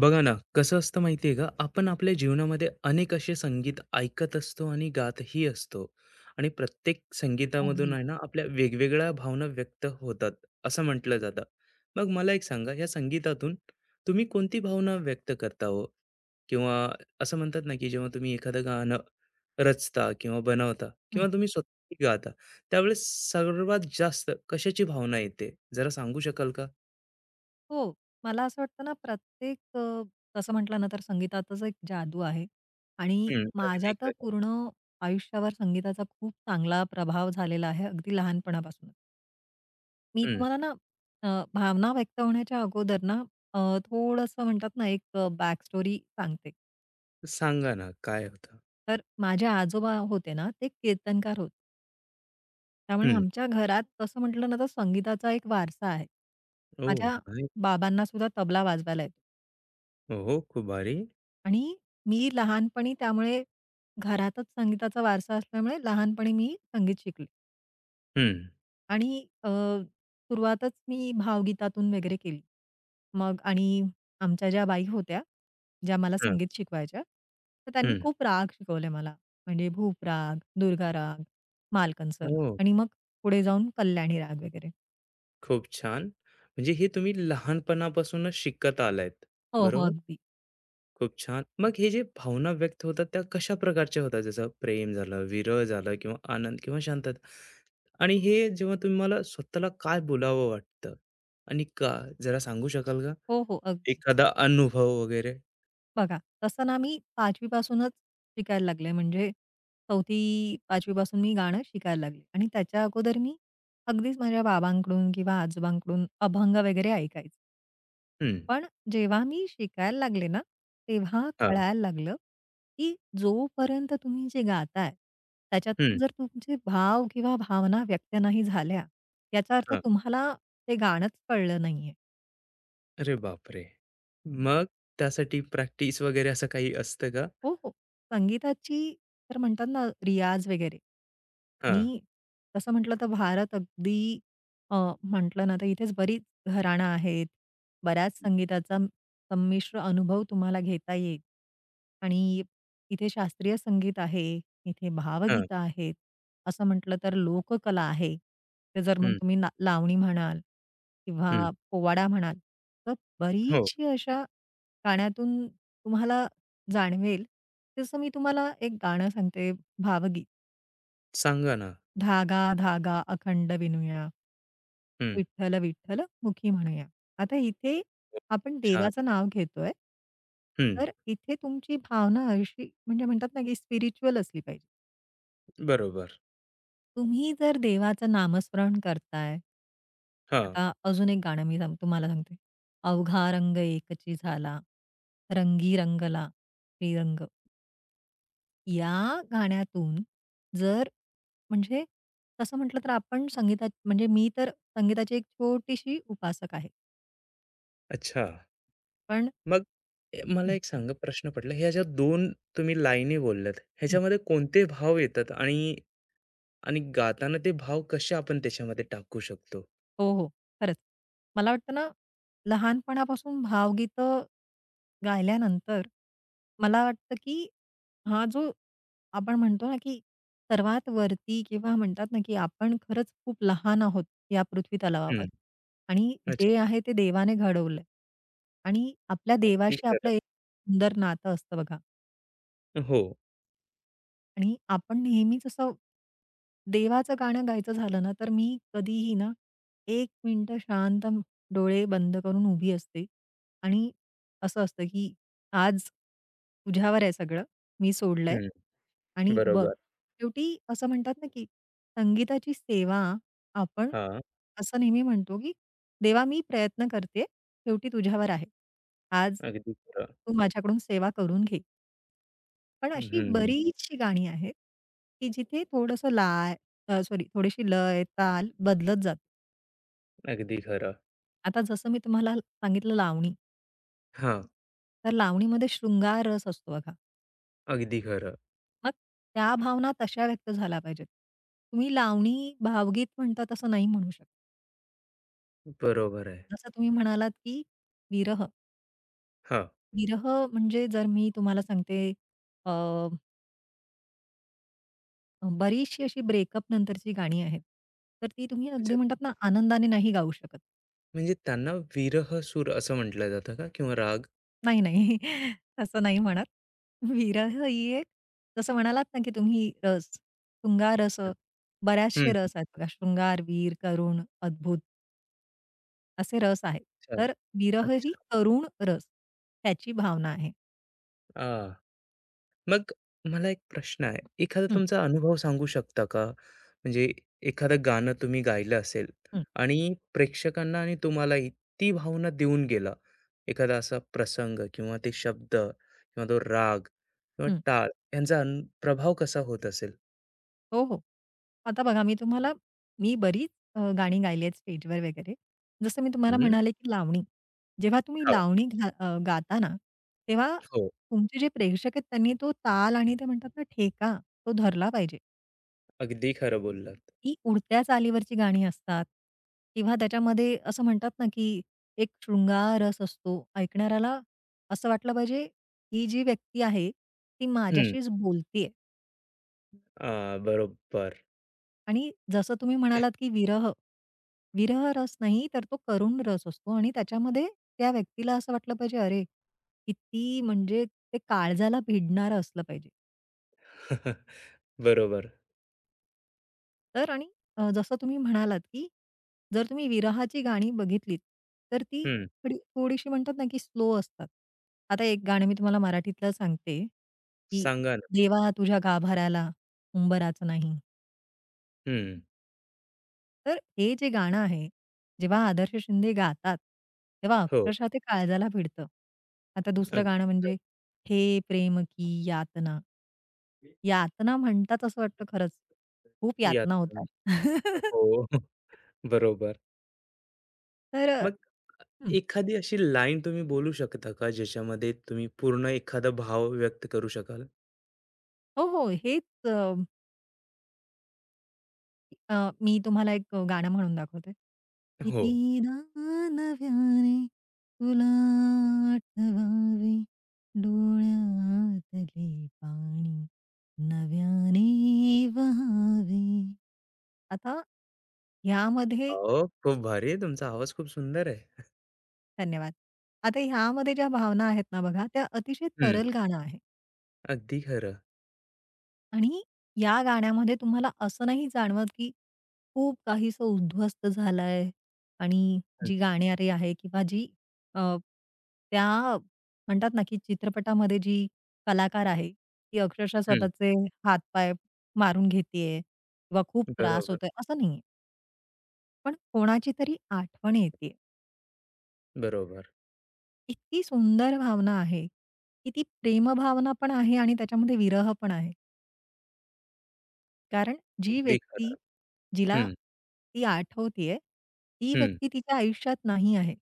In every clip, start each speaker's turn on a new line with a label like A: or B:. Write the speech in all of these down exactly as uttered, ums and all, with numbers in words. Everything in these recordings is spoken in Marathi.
A: बघा ना, कसं असतं माहिती आहे का, आपण आपल्या जीवनामध्ये अनेक असे संगीत ऐकत असतो आणि गातही असतो आणि प्रत्येक संगीतामधून
B: अगदी.
A: आहे ना, आपल्या वेगवेगळ्या भावना व्यक्त होतात, असं म्हटलं जातं. मग मला एक सांगा, या संगीतातून तुम्ही कोणती भावना व्यक्त करता हो? किंवा असं म्हणतात ना, की जेव्हा तुम्ही एखादं गाणं रचता किंवा बनवता
B: हं.
A: किंवा तुम्ही स्वतः गाता, त्यावेळेस सर्वात जास्त कशाची भावना येते? जरा सांगू शकाल का?
B: हो. मला असं वाटतं ना प्रत्येक अ, तसं म्हटलं ना तर संगीतातच एक जादू आहे आणि
A: हं,
B: माझ्या
A: अगदी
B: तर
A: खरं.
B: पूर्ण आयुष्यावर संगीताचा खूप चांगला प्रभाव झालेला आहे अगदी लहानपणापासून. मी
A: हं.
B: तुम्हाला ना अ, भावना व्यक्त होण्याच्या अगोदर ना अ, थोडंसं म्हणतात ना एक बॅक स्टोरी सांगते.
A: सांगा ना, काय होतं?
B: तर माझे आजोबा होते ना ते कीर्तनकार होते. त्यामुळे
A: हं.
B: आमच्या घरात तसं म्हटलं ना तर संगीताचा एक वारसा आहे.
A: ओ,
B: माझ्या
A: नाही.
B: बाबांना सुद्धा तबला वाजवायला येतो.
A: हो, खूप भारी.
B: आणि मी लहानपणी त्यामुळे घरातच संगीताचा वारसा असल्यामुळे लहानपणी मी संगीत शिकले
A: हं,
B: आणि अ, सुरुवातच मी भावगीतातून वगैरे केली. मग आणि आमच्या ज्या बाई होत्या, ज्या मला
A: हं,
B: संगीत शिकवायच्या, तर त्यांनी
A: हं.
B: खूप राग शिकवले मला. म्हणजे भूप राग, दुर्गा राग, मालकंस राग
A: हो,
B: आणि मग पुढे जाऊन कल्याणी राग वगैरे.
A: खूप छान. म्हणजे हे तुम्ही लहानपणापासूनच शिकत आलायत,
B: हो, हो.
A: बरोबर?
B: अगदी.
A: खूप छान. मग हे जे भावना व्यक्त होतात, त्या कशा प्रकारच्या होतात? जसं प्रेम झालं, विरह झालं किंवा आनंद किंवा शांतता. आणि हे जेव्हा तुम्हाला स्वतःला काय बोलावं वाटतं आणि का? जरा सांगू शकाल का?
B: हो, हो. अगदी.
A: एखादा अनुभव वगैरे?
B: बघा, तसं ना मी पाचवी पासूनच शिकायला लागले. म्हणजे चौथी पाचवी पासून मी गाणं शिकायला लागले आणि त्याच्या अगोदर मी अगदीच माझ्या बाबांकडून किंवा आजोबांकडून अभंग वगैरे ऐकायचे.
A: हं,
B: पण जेव्हा मी शिकायला लागले ना, तेव्हा
A: हां,
B: कळायला लागलं, की जोपर्यंत तुम्ही जे गाताय,
A: हं,
B: त्याच्यातून जर तुमचे भाव किंवा भावना व्यक्त नाही झाल्या, याचा अर्थ तुम्हाला ते गाणंच कळलं नाहीये.
A: अरे बापरे! मग त्यासाठी प्रॅक्टिस वगैरे असं काही असतं का?
B: हो, हो. संगीताची तर म्हणतात ना रियाज वगैरे
A: हां,
B: आणि तसं म्हटलं तर भारत अगदी अ, म्हटलं ना तर इथेच बरीच घराणं आहेत. बऱ्याच संगीताचा म- संमिश्र अनुभव तुम्हाला घेता येईल आणि इथे शास्त्रीय संगीत आहे, इथे
A: हां.
B: भावगीतं आहेत, असं म्हटलं तर लोककला आहे. ते जर मग
A: हं,
B: तुम्ही ना लावणी म्हणाल
A: हं.
B: किंवा पोवाडा म्हणाल, तर
A: हो,
B: बरीचशी अशा गाण्यातून तुम्हाला जाणवेल, तसं मी तुम्हाला एक गाणं सांगते भावगीत.
A: सांगा ना.
B: धागा धागा अखंड विणूया.
A: हं.
B: विठ्ठल विठ्ठल मुखी म्हणूया. आता इथे आपण
A: छान.
B: देवाचं नाव घेतोय.
A: हं,
B: तर इथे तुमची भावना अशी म्हणजे म्हणतात ना, की स्पिरिच्युअल असली पाहिजे.
A: बरोबर.
B: तुम्ही जर देवाचं नामस्मरण करताय
A: हां.
B: आता अजून एक गाणं मी सांग तुम्हाला सांगते. अवघा रंग एकची झाला, रंगी रंगला श्रीरंग. या गाण्यातून जर म्हणजे तसं म्हटलं तर आपण संगीता म्हणजे मी तर संगीताची एक छोटीशी उपासक आहे.
A: अच्छा.
B: पण
A: मग ए, मला
B: हं,
A: एक सांगा प्रश्न पडला, ह्या ज्या दोन तुम्ही लाईनी बोललात,
B: हं.
A: ह्याच्यामध्ये कोणते भाव येतात आणि आणि गाताना ते भाव कसे आपण त्याच्यामध्ये टाकू शकतो?
B: हो, हो. खरंच. मला वाटतं ना, लहानपणापासून भावगीतं गायल्यानंतर मला वाटतं, की हा जो आपण म्हणतो ना, की सर्वात वरती किंवा म्हणतात ना, की आपण खरंच खूप लहान आहोत या पृथ्वी तलावावर
A: हं.
B: आणि
A: अच्छा.
B: जे आहे ते देवाने घडवलंय आणि आपल्या
A: अगदी
B: देवाशी
A: खरं.
B: आपलं एक सुंदर नातं असतं बघा
A: हो.
B: आणि आपण नेहमीच असं देवाचं गाणं गायचं झालं ना, तर मी कधीही ना, एक मिनिटं शांत डोळे बंद करून उभी असते आणि असं असतं, की आज तुझ्यावर आहे सगळं, मी सोडलंय.
A: हं.
B: आणि बघ,
A: बरोबर.
B: शेवटी असं म्हणतात ना, की संगीताची सेवा आपण
A: हां.
B: असं नेहमी म्हणतो, की "देवा मी प्रयत्न करते, शेवटी तुझ्यावर आहे. आज
A: अगदी खरं.
B: तू माझ्याकडून सेवा करून घे." पण अशी
A: हं.
B: बरीचशी गाणी आहेत, की जिथे थोडंसं लाय अ, सॉरी थोडीशी लय, ताल बदलत जाते.
A: अगदी खरं.
B: आता जसं मी तुम्हाला सांगितलं लावणी,
A: हां.
B: तर लावणीमध्ये शृंगार रस असतो बघा.
A: अगदी खरं.
B: मग त्या भावना तशा व्यक्त झाल्या पाहिजेत. तुम्ही लावणी भावगीत म्हणता तसं नाही म्हणू शकत.
A: बरोबर आहे.
B: जसं तुम्ही म्हणालात, की विरह.
A: हां.
B: विरह म्हणजे जर मी तुम्हाला सांगते अ, बरीचशी अशी ब्रेकअप नंतरची गाणी आहेत. तर ती तुम्ही अगदी
A: अच्छा.
B: म्हणतात ना, आनंदाने नाही गाऊ शकत.
A: म्हणजे त्यांना विरह सूर असं म्हटलं जातं का किंवा राग?
B: नाही, नाही. तसं नाही म्हणत. विरह ही एक जसं म्हणालात ना, की तुम्ही रस, शृंगार रस,
A: हं.
B: बऱ्याचशे रस आहेत बघा. शृंगार, वीर, करुण, अद्भुत असे रस आहेत.
A: अच्छा.
B: तर विरह ही
A: अच्छा.
B: करुण रस, त्याची भावना आहे.
A: हां. मग मला एक प्रश्न आहे. एखादा तुमचा अनुभव सांगू शकता का? म्हणजे एखादं गाणं तुम्ही गायलं असेल
B: हं,
A: आणि प्रेक्षकांना आणि तुम्हाला ती भावना देऊन गेला. एखादा असा प्रसंग किंवा ते शब्द किंवा तो राग किंवा
B: हं.
A: टाळ यांचा अन प्रभाव कसा होत असेल?
B: हो, हो. आता बघा मी तुम्हाला मी बरीच अ, गाणी गायली आहेत स्टेजवर वगैरे. जसं मी तुम्हाला
A: हं.
B: म्हणाले, की लावणी. जेव्हा तुम्ही
A: हां.
B: लावणी घा अ, गाता ना, तेव्हा
A: हो.
B: तुमचे जे प्रेक्षक आहेत त्यांनी तो ताल आणि ते म्हणतात ना ठेका, तो धरला पाहिजे.
A: अगदी खरं बोललात.
B: ती उडत्या चालीवरची गाणी असतात किंवा त्याच्यामध्ये असं म्हणतात ना, की एक शृंगार रस असतो. ऐकणाऱ्याला असं वाटलं पाहिजे, ही जी व्यक्ती आहे, ती माझ्याशीच बोलतीये.
A: हां, बरोबर.
B: आणि जसं तुम्ही म्हणालात, की विरह, विरह रस नाही तर तो करुण रस असतो आणि त्याच्यामध्ये त्या व्यक्तीला असं वाटलं पाहिजे, अरे, किती म्हणजे ते काळजाला भिडणारं असलं पाहिजे.
A: बरोबर.
B: तर आणि अ, जसं तुम्ही म्हणालात, की जर तुम्ही विरहाची गाणी बघितलीत, तर ती
A: हं.
B: थोडी थोडीशी म्हणतात ना, की स्लो असतात. आता एक गाणं मी तुम्हाला मराठीतलं सांगते, की
A: सांगा ना.
B: देवा तुझ्या गाभाराला उंबराचं नाही.
A: हं.
B: तर हे जे गाणं आहे, जेव्हा आदर्श शिंदे गातात, तेव्हा
A: हो,
B: अक्षरशः ते काळजाला भिडतं. आता दुसरं
A: अगदी
B: गाणं म्हणजे
A: खरं.
B: हे प्रेम की यातना. यातना म्हणतात असं वाटतं खरंच. खूप यातना
A: यातून
B: होतात.
A: हो, बरोबर.
B: तर अ,
A: मग
B: हं.
A: एखादी अशी लाईन तुम्ही बोलू शकता का, ज्याच्यामध्ये तुम्ही पूर्ण एखादा भाव व्यक्त करू शकाल?
B: हो, हो. हेच अ, मी तुम्हाला एक अ, गाणं म्हणून दाखवते.
A: हो.
B: कितीदा नव्याने तुला आठवावे, डोळ्यातले पाणी नव्याने वहावे. आता ह्यामध्ये
A: अहो, खूप भारी आहे तुमचा आवाज खूप सुंदर आहे.
B: धन्यवाद. आता ह्यामध्ये ज्या भावना आहेत ना बघा, त्या अतिशय
A: हं,
B: तरल गाणं आहे
A: अगदी खरं.
B: आणि या गाण्यामध्ये तुम्हाला असं नाही जाणवत, की खूप काहीसं उद्ध्वस्त झालंय आणि
A: हं,
B: जी गाणारी आहे किंवा जी अ, त्या म्हणतात ना, की चित्रपटामध्ये जी कलाकार आहे, ती अक्षरशः
A: हं.
B: स्वतःचे हात-पाय मारून घेतेय किंवा खूप त्रास
A: बरोबर,
B: होतोय, असं नाहीये. पण कोणाची तरी आठवण येतेय.
A: बरोबर.
B: इतकी सुंदर भावना आहे, की ती प्रेमभावना पण आहे आणि त्याच्यामध्ये विरह पण आहे. कारण जी
A: अगदी
B: व्यक्ती
A: खरं.
B: जिला
A: हं,
B: ती आठवतीये, ती
A: हं.
B: व्यक्ती तिच्या आयुष्यात नाही आहे.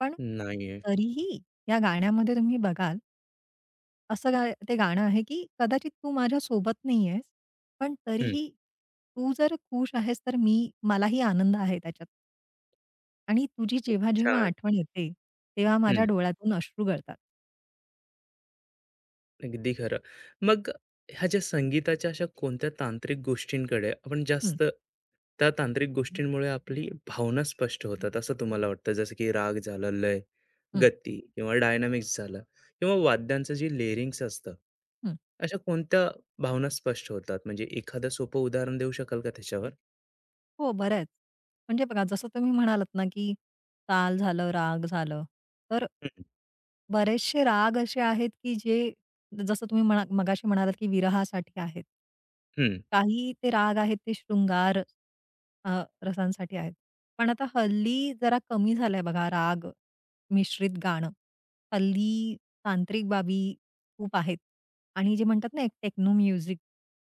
B: पण
A: नाहीये.
B: तरीही या गाण्यामध्ये तुम्ही बघाल, असं गा ते गाणं आहे, की कदाचित तू माझ्या सोबत नाहीयेस, पण
A: हं.
B: तरीही तू जर खुश आहेस, तर मी मलाही आनंद आहे त्याच्यात. आणि तुझी
A: खूप
B: जेव्हा-जेव्हा
A: छान.
B: आठवण येते, तेव्हा माझ्या डोळ्यातून अश्रू गळतात.
A: अगदी खरं. मग ह्या ज्या संगीताच्या अशा कोणत्या तांत्रिक गोष्टींकडे आपण
B: हं,
A: जास्त त्या तांत्रिक गोष्टींमुळे आपली भावना स्पष्ट होतात असं तुम्हाला वाटतं? जसं की राग झालं, लय,
B: हं,
A: गती किंवा डायनामिक्स झालं किंवा वाद्यांचं जे लेयरिंग्स असतं,
B: हं.
A: अशा कोणत्या भावना स्पष्ट होतात? म्हणजे एखादं सोपं उदाहरण देऊ शकाल का त्याच्यावर?
B: हो, बऱ्याच. म्हणजे बघा, जसं तुम्ही म्हणालात ना, की ताल झालं, राग झालं, तर
A: हं,
B: बरेचसे राग असे आहेत, की जे जसं तुम्ही म्हणा मगाशी म्हणालात, की विरहासाठी आहेत.
A: हं.
B: काही ते राग आहेत ते शृंगार अ, रसांसाठी आहेत. पण आता हल्ली जरा कमी झालंय बघा राग मिश्रित गाणं. हल्ली तांत्रिक बाबी खूप आहेत आणि जे म्हणतात ना, एक टेक्नो म्युझिक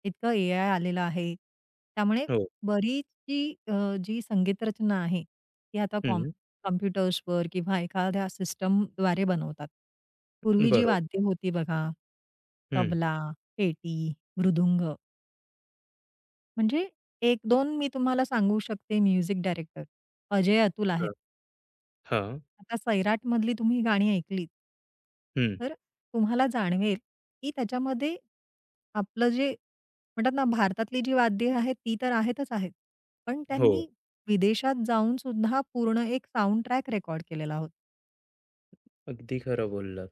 B: इतकं एआय आलेलं आहे. त्यामुळे
A: हो.
B: बरीचशी अ, जी संगीत रचना आहे, ती आता कॉम
A: हं.
B: कॉम्प्युटर्सवर किंवा एखाद्या सिस्टमद्वारे बनवतात. पूर्वी जी
A: बरोबर.
B: वाद्य होती बघा,
A: हं.
B: तबला, पेटी, मृदुंग म्हणजे एक दोन मी तुम्हाला सांगू शकते म्युझिक डायरेक्टर. अजय अतुल आहेत.
A: हां.
B: आता सैराटमधली तुम्ही गाणी ऐकलीत
A: हं.
B: तर तुम्हाला जाणवेल, की त्याच्यामध्ये आपलं जे म्हणतात ना, भारतातली जी वाद्य आहेत ती तर आहेतच आहेत. पण
A: हो.
B: त्यांनी विदेशात जाऊन सुद्धा पूर्ण एक साउंड ट्रॅक रेकॉर्ड केलेला होता.
A: अगदी खरं बोललात.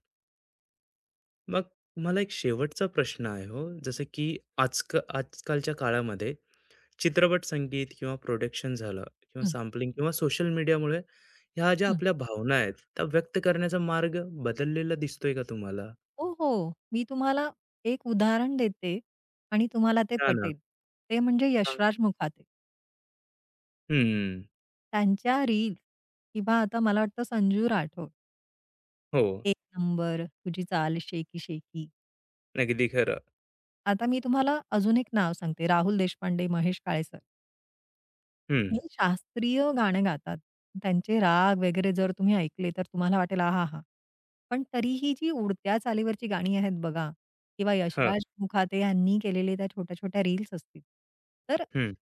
A: मग मला एक शेवटचा प्रश्न आहे हो, जसं की आजक आजकालच्या काळामध्ये चित्रपट संगीत किंवा प्रोडक्शन झालं किंवा
B: हं,
A: सॅम्पलिंग किंवा सोशल मीडियामुळे ह्या ज्या
B: हं.
A: आपल्या भावना आहेत, त्या व्यक्त करण्याचा मार्ग बदललेला दिसतोय का तुम्हाला?
B: हो, हो. मी तुम्हाला एक उदाहरण देते आणि तुम्हाला ते
A: हां ना.
B: पटेल. ते म्हणजे
A: सांग
B: यशराज मुखाते.
A: हं,
B: त्यांच्या रील, किंवा आता मला वाटतं संजू राठोड,
A: हो.
B: "एक नंबर, तुझी चाल शेकी-शेकी."
A: अगदी खरं.
B: आता मी तुम्हाला अजून एक नाव सांगते, राहुल देशपांडे, महेश काळे सर.
A: हं.
B: हे शास्त्रीय गाणं गातात. त्यांचे राग वगैरे जर तुम्ही ऐकले तर तुम्हाला वाटेल आहाहा! पण तरीही जी उडत्या चालीवरची गाणी आहेत बघा किंवा
A: हां.
B: यशराज मुखाते यांनी केलेले त्या छोट्या-छोट्या रील्स असतील. तर
A: हं.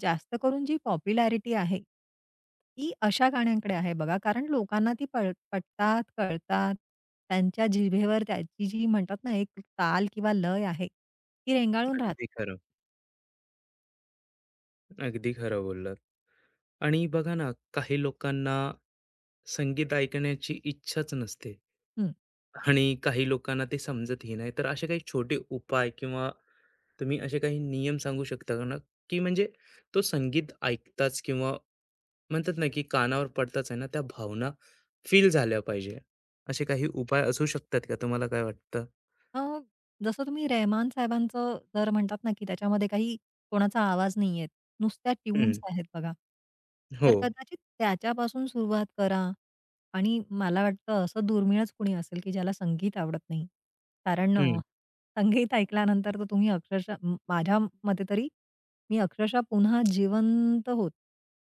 B: जास्त करून जी पॉप्युलॅरिटी आहे, ती अशा गाण्यांकडे आहे बघा. कारण लोकांना ती पळ पटतात, कळतात. त्यांच्या जिभेवर त्याची जी म्हणतात ना, एक ताल किंवा लय आहे, ती रेंगाळून
A: अगदी
B: राहते.
A: खरं. अगदी खरं बोललात. आणि बघा ना, काही लोकांना संगीत ऐकण्याची इच्छाच नसते
B: हं.
A: आणि काही लोकांना ते समजतही नाही. तर असे काही छोटे उपाय किंवा तुम्ही असे काही नियम सांगू शकता का ना, की म्हणजे तो संगीत ऐकताच किंवा म्हणतात ना, की कानावर पडताच आहे ना, त्या भावना फील झाल्या पाहिजे. असे काही उपाय असू शकतात का? तुम्हाला काय वाटतं?
B: अ, जसं तुम्ही रेहमान साहेबांचं जर म्हणतात ना, की त्याच्यामध्ये काही कोणाचा आवाज नाहीये. नुसत्या ट्यून्स
A: हं.
B: आहेत बघा.
A: हो.
B: तर कदाचित त्याच्यापासून सुरुवात करा आणि मला वाटतं असं दुर्मिळच कुणी असेल, की ज्याला संगीत आवडत नाही. कारण अ,
A: हं.
B: संगीत ऐकल्यानंतर तर तुम्ही अक्षरशः म माझ्या मते तरी मी अक्षरशः पुन्हा जिवंत होत,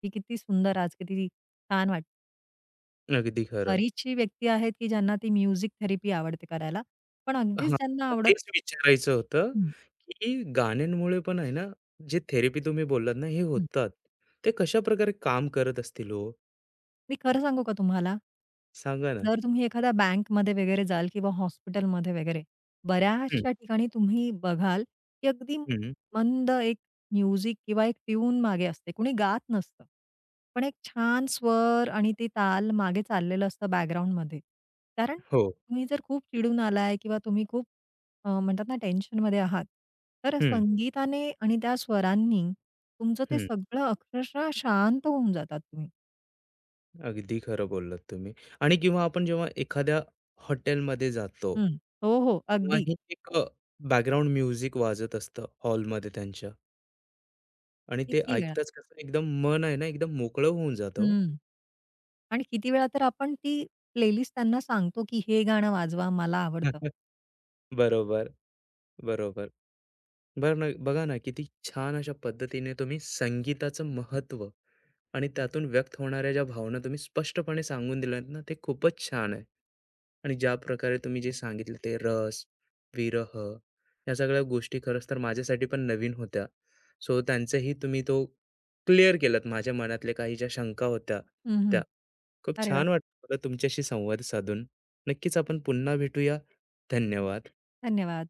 B: की किती सुंदर आज, किती छान वाटतं.
A: अगदी खरं.
B: बरीचशी व्यक्ती आहेत, की ज्यांना ती म्युझिक थेरपी आवडते करायला. पण अगदीच
A: हां,
B: ज्यांना
A: तर
B: आवडत
A: तेच विचारायचं होतं,
B: हं.
A: की गाण्यांमुळे पण आहे ना, जे थेरपी तुम्ही बोललात ना, हे होतात. ते कशा प्रकारे काम करत असतील हो?
B: मी खरं सांगू का तुम्हाला?
A: सांगा ना?
B: जर तुम्ही एखाद्या बँकमध्ये वगैरे जाल किंवा हॉस्पिटलमध्ये वगैरे,
A: हं,
B: बऱ्याचशा ठिकाणी तुम्ही बघाल, की अगदी
A: हं.
B: मंद एक म्युझिक किंवा एक ट्यून मागे असते. कुणी गात नसतं. पण एक छान स्वर आणि ते ताल मागे चाललेलं असतं बॅकग्राऊंडमध्ये. कारण
A: हो.
B: तुम्ही जर खूप चिडून आलाय किंवा तुम्ही खूप अ, म्हणतात ना टेन्शनमध्ये आहात, तर
A: हं,
B: संगीताने आणि त्या स्वरांनी तुमचं ते
A: हं.
B: सगळं अक्षरशः शांत होऊन जातात तुम्ही.
A: अगदी खरं बोललात तुम्ही. आणि किंवा आपण जेव्हा एखाद्या हॉटेलमध्ये जातो,
B: हं. हो, हो.
A: तेव्हा
B: अगदी.
A: ही एक अ, बॅकग्राऊंड म्युझिक वाजत असतं हॉलमध्ये त्यांच्या आणि ते
B: किती वेळा.
A: ऐकताच कसं एकदम मन आहे ना, एकदम मोकळं होऊन जातं हो.
B: हं. आणि किती वेळा तर आपण ती प्लेलिस्ट त्यांना सांगतो, की हे गाणं वाजवा, मला आवडतं.
A: बरोबर, बरोबर. बरं ना, बघा ना, किती छान अशा पद्धतीने तुम्ही संगीताचं महत्त्व आणि त्यातून व्यक्त होणाऱ्या ज्या भावना तुम्ही स्पष्टपणे सांगून दिल्यात ना, ते खूपच छान आहे. आणि ज्या प्रकारे तुम्ही जे सांगितलं ते रस, विरह या सगळ्या गोष्टी खरंच तर माझ्यासाठी पण नवीन होत्या. सो त्यांचंही तुम्ही तो क्लिअर केलात. माझ्या मनातल्या काही ज्या शंका होत्या
B: हं,
A: त्या.
B: हं.
A: खूप
B: अरे वाह!
A: छान वाटलं मला तुमच्याशी संवाद साधून. नक्कीच आपण पुन्हा भेटूया. धन्यवाद.
B: धन्यवाद.